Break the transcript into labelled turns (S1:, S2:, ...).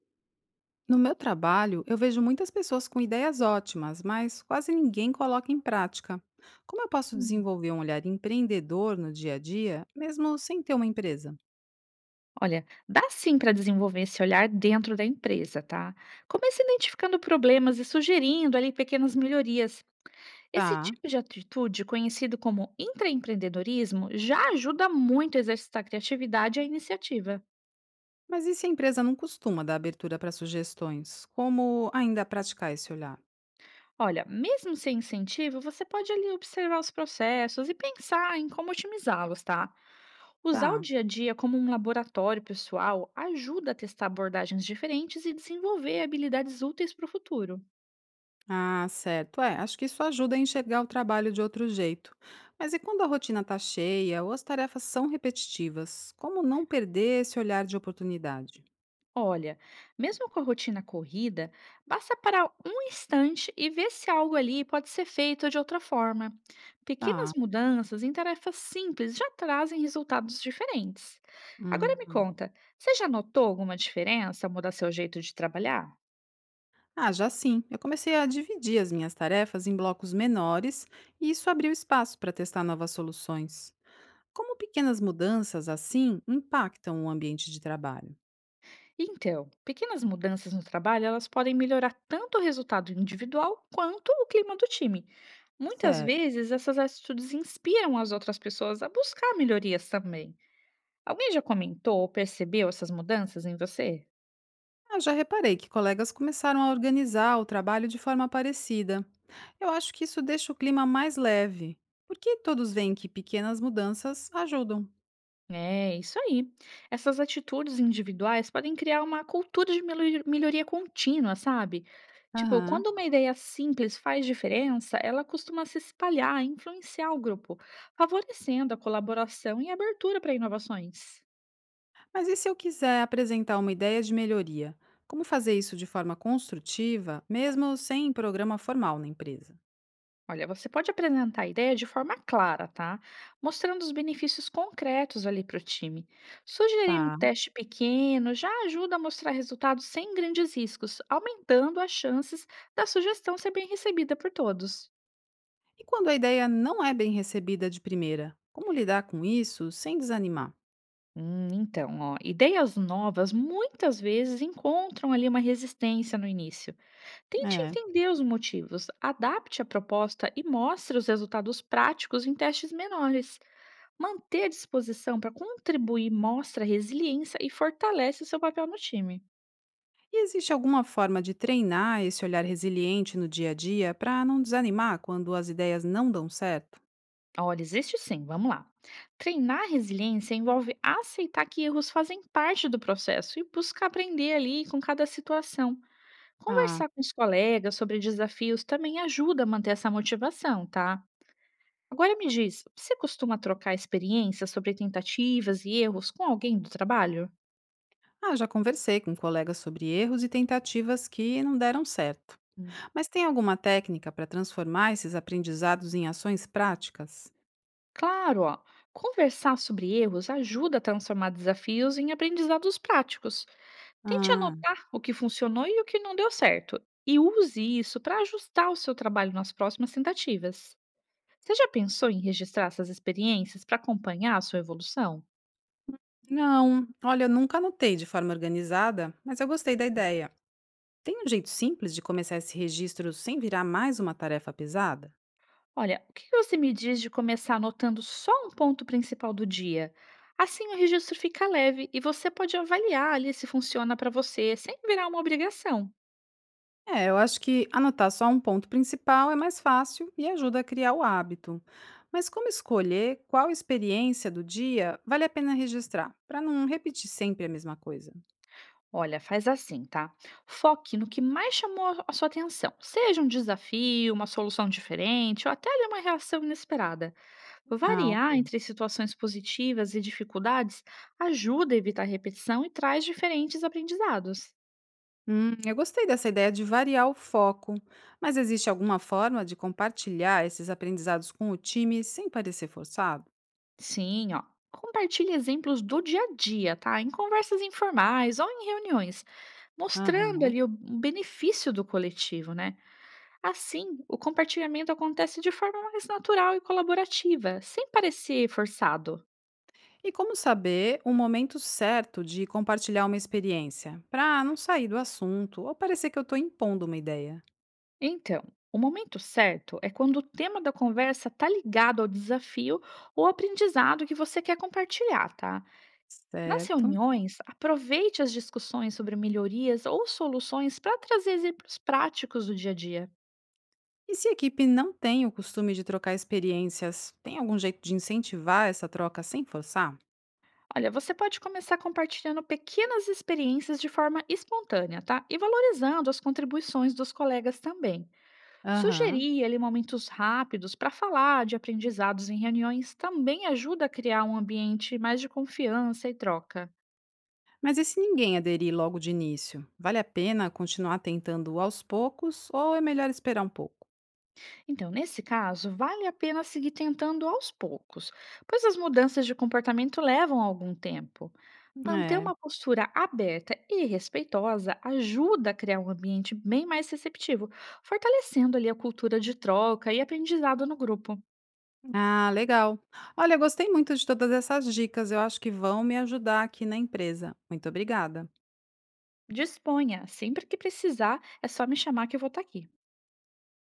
S1: No meu trabalho, eu vejo muitas pessoas com ideias ótimas, mas quase ninguém coloca em prática. Como eu posso
S2: Hum.
S1: desenvolver um olhar empreendedor no dia a dia, mesmo sem ter uma empresa?
S2: Olha, dá sim para desenvolver esse olhar dentro da empresa, tá? Comece identificando problemas e sugerindo ali pequenas melhorias. Esse
S1: Tá,
S2: tipo de atitude, conhecido como intraempreendedorismo, já ajuda muito a exercitar a criatividade e a iniciativa.
S1: mas e se a empresa não costuma dar abertura para sugestões? Como ainda praticar esse olhar?
S2: Olha, mesmo sem incentivo, você pode ali observar os processos e pensar em como otimizá-los, tá? Usar o
S1: Tá.
S2: dia a dia como um laboratório pessoal ajuda a testar abordagens diferentes e desenvolver habilidades úteis para o futuro.
S1: Ah, certo. É, acho que isso ajuda a enxergar o trabalho de outro jeito. Mas e quando a rotina está cheia ou as tarefas são repetitivas? Como não perder esse olhar de oportunidade?
S2: Olha, mesmo com a rotina corrida, basta parar um instante e ver se algo ali pode ser feito de outra forma.
S1: Tá.
S2: Pequenas mudanças em tarefas simples já trazem resultados diferentes. Agora me
S1: Hum.
S2: conta, você já notou alguma diferença ao mudar seu jeito de trabalhar?
S1: Ah, já sim. Eu comecei a dividir as minhas tarefas em blocos menores e isso abriu espaço para testar novas soluções. Como pequenas mudanças assim impactam o ambiente de trabalho?
S2: Então, pequenas mudanças no trabalho, elas podem melhorar tanto o resultado individual quanto o clima do time. Muitas
S1: Certo.
S2: vezes, essas atitudes inspiram as outras pessoas a buscar melhorias também. Alguém já comentou ou percebeu essas mudanças em você?
S1: Ah, já reparei que colegas começaram a organizar o trabalho de forma parecida. Eu acho que isso deixa o clima mais leve, porque todos veem que pequenas mudanças ajudam.
S2: É, isso aí. Essas atitudes individuais podem criar uma cultura de melhoria contínua, sabe? Tipo,
S1: Aham.
S2: quando uma ideia simples faz diferença, ela costuma se espalhar, influenciar o grupo, favorecendo a colaboração e a abertura para inovações.
S1: Mas e se eu quiser apresentar uma ideia de melhoria? Como fazer isso de forma construtiva, mesmo sem programa formal na empresa?
S2: Olha, você pode apresentar a ideia de forma clara, tá? Mostrando os benefícios concretos ali para o time. Sugerir um
S1: Tá.
S2: teste pequeno já ajuda a mostrar resultados sem grandes riscos, aumentando as chances da sugestão ser bem recebida por todos.
S1: E quando a ideia não é bem recebida de primeira, como lidar com isso sem desanimar?
S2: Então, ó, ideias novas muitas vezes encontram ali uma resistência no início. Tente
S1: É.
S2: entender os motivos, adapte a proposta e mostre os resultados práticos em testes menores. Manter disposição para contribuir mostra resiliência e fortalece o seu papel no time.
S1: E existe alguma forma de treinar esse olhar resiliente no dia a dia para não desanimar quando as ideias não dão certo?
S2: Olha, existe sim, vamos lá. Treinar resiliência envolve aceitar que erros fazem parte do processo e buscar aprender ali com cada situação.
S1: Tá.
S2: Conversar com os colegas sobre desafios também ajuda a manter essa motivação, tá? Agora me diz, você costuma trocar experiências sobre tentativas e erros com alguém do trabalho?
S1: Ah, já conversei com colegas sobre erros e tentativas que não deram certo. Mas tem alguma técnica para transformar esses aprendizados em ações práticas?
S2: Claro, ó, conversar sobre erros ajuda a transformar desafios em aprendizados práticos. Tente
S1: Ah,
S2: anotar o que funcionou e o que não deu certo, e use isso para ajustar o seu trabalho nas próximas tentativas. Você já pensou em registrar essas experiências para acompanhar a sua evolução?
S1: não. Olha, eu nunca anotei de forma organizada, mas eu gostei da ideia. Tem um jeito simples de começar esse registro sem virar mais uma tarefa pesada?
S2: Olha, o que que você me diz de começar anotando só um ponto principal do dia? Assim o registro fica leve e você pode avaliar ali se funciona para você sem virar uma obrigação.
S1: É, eu acho que anotar só um ponto principal é mais fácil e ajuda a criar o hábito. Mas como escolher qual experiência do dia vale a pena registrar, para não repetir sempre a mesma coisa?
S2: Olha, faz assim, tá? Foque no que mais chamou a sua atenção. Seja um desafio, uma solução diferente ou até ali uma reação inesperada.
S1: Ah,
S2: Variar
S1: ok.
S2: entre situações positivas e dificuldades ajuda a evitar repetição e traz diferentes aprendizados.
S1: Eu gostei dessa ideia de variar o foco, mas existe alguma forma de compartilhar esses aprendizados com o time sem parecer forçado?
S2: Sim, ó. Compartilhe exemplos do dia a dia, tá? Em conversas informais ou em reuniões, mostrando
S1: Aham.
S2: ali o benefício do coletivo, né? Assim, o compartilhamento acontece de forma mais natural e colaborativa, sem parecer forçado.
S1: E como saber o momento certo de compartilhar uma experiência, para não sair do assunto ou parecer que eu estou impondo uma ideia?
S2: Então, o momento certo é quando o tema da conversa está ligado ao desafio ou aprendizado que você quer compartilhar, tá? Nas
S1: Certo.
S2: reuniões, aproveite as discussões sobre melhorias ou soluções para trazer exemplos práticos do dia a dia.
S1: E se a equipe não tem o costume de trocar experiências, tem algum jeito de incentivar essa troca sem forçar?
S2: Olha, você pode começar compartilhando pequenas experiências de forma espontânea, tá? E valorizando as contribuições dos colegas também.
S1: Aham.
S2: Sugerir ali momentos rápidos para falar de aprendizados em reuniões também ajuda a criar um ambiente mais de confiança e troca.
S1: Mas e se ninguém aderir logo de início? Vale a pena continuar tentando aos poucos ou é melhor esperar um pouco?
S2: Então, nesse caso, vale a pena seguir tentando aos poucos, pois as mudanças de comportamento levam algum tempo. Manter
S1: É.
S2: uma postura aberta e respeitosa ajuda a criar um ambiente bem mais receptivo, fortalecendo ali a cultura de troca e aprendizado no grupo.
S1: Ah, legal. Olha, gostei muito de todas essas dicas. Eu acho que vão me ajudar aqui na empresa. Muito obrigada.
S2: Disponha, sempre que precisar, é só me chamar que eu vou estar aqui.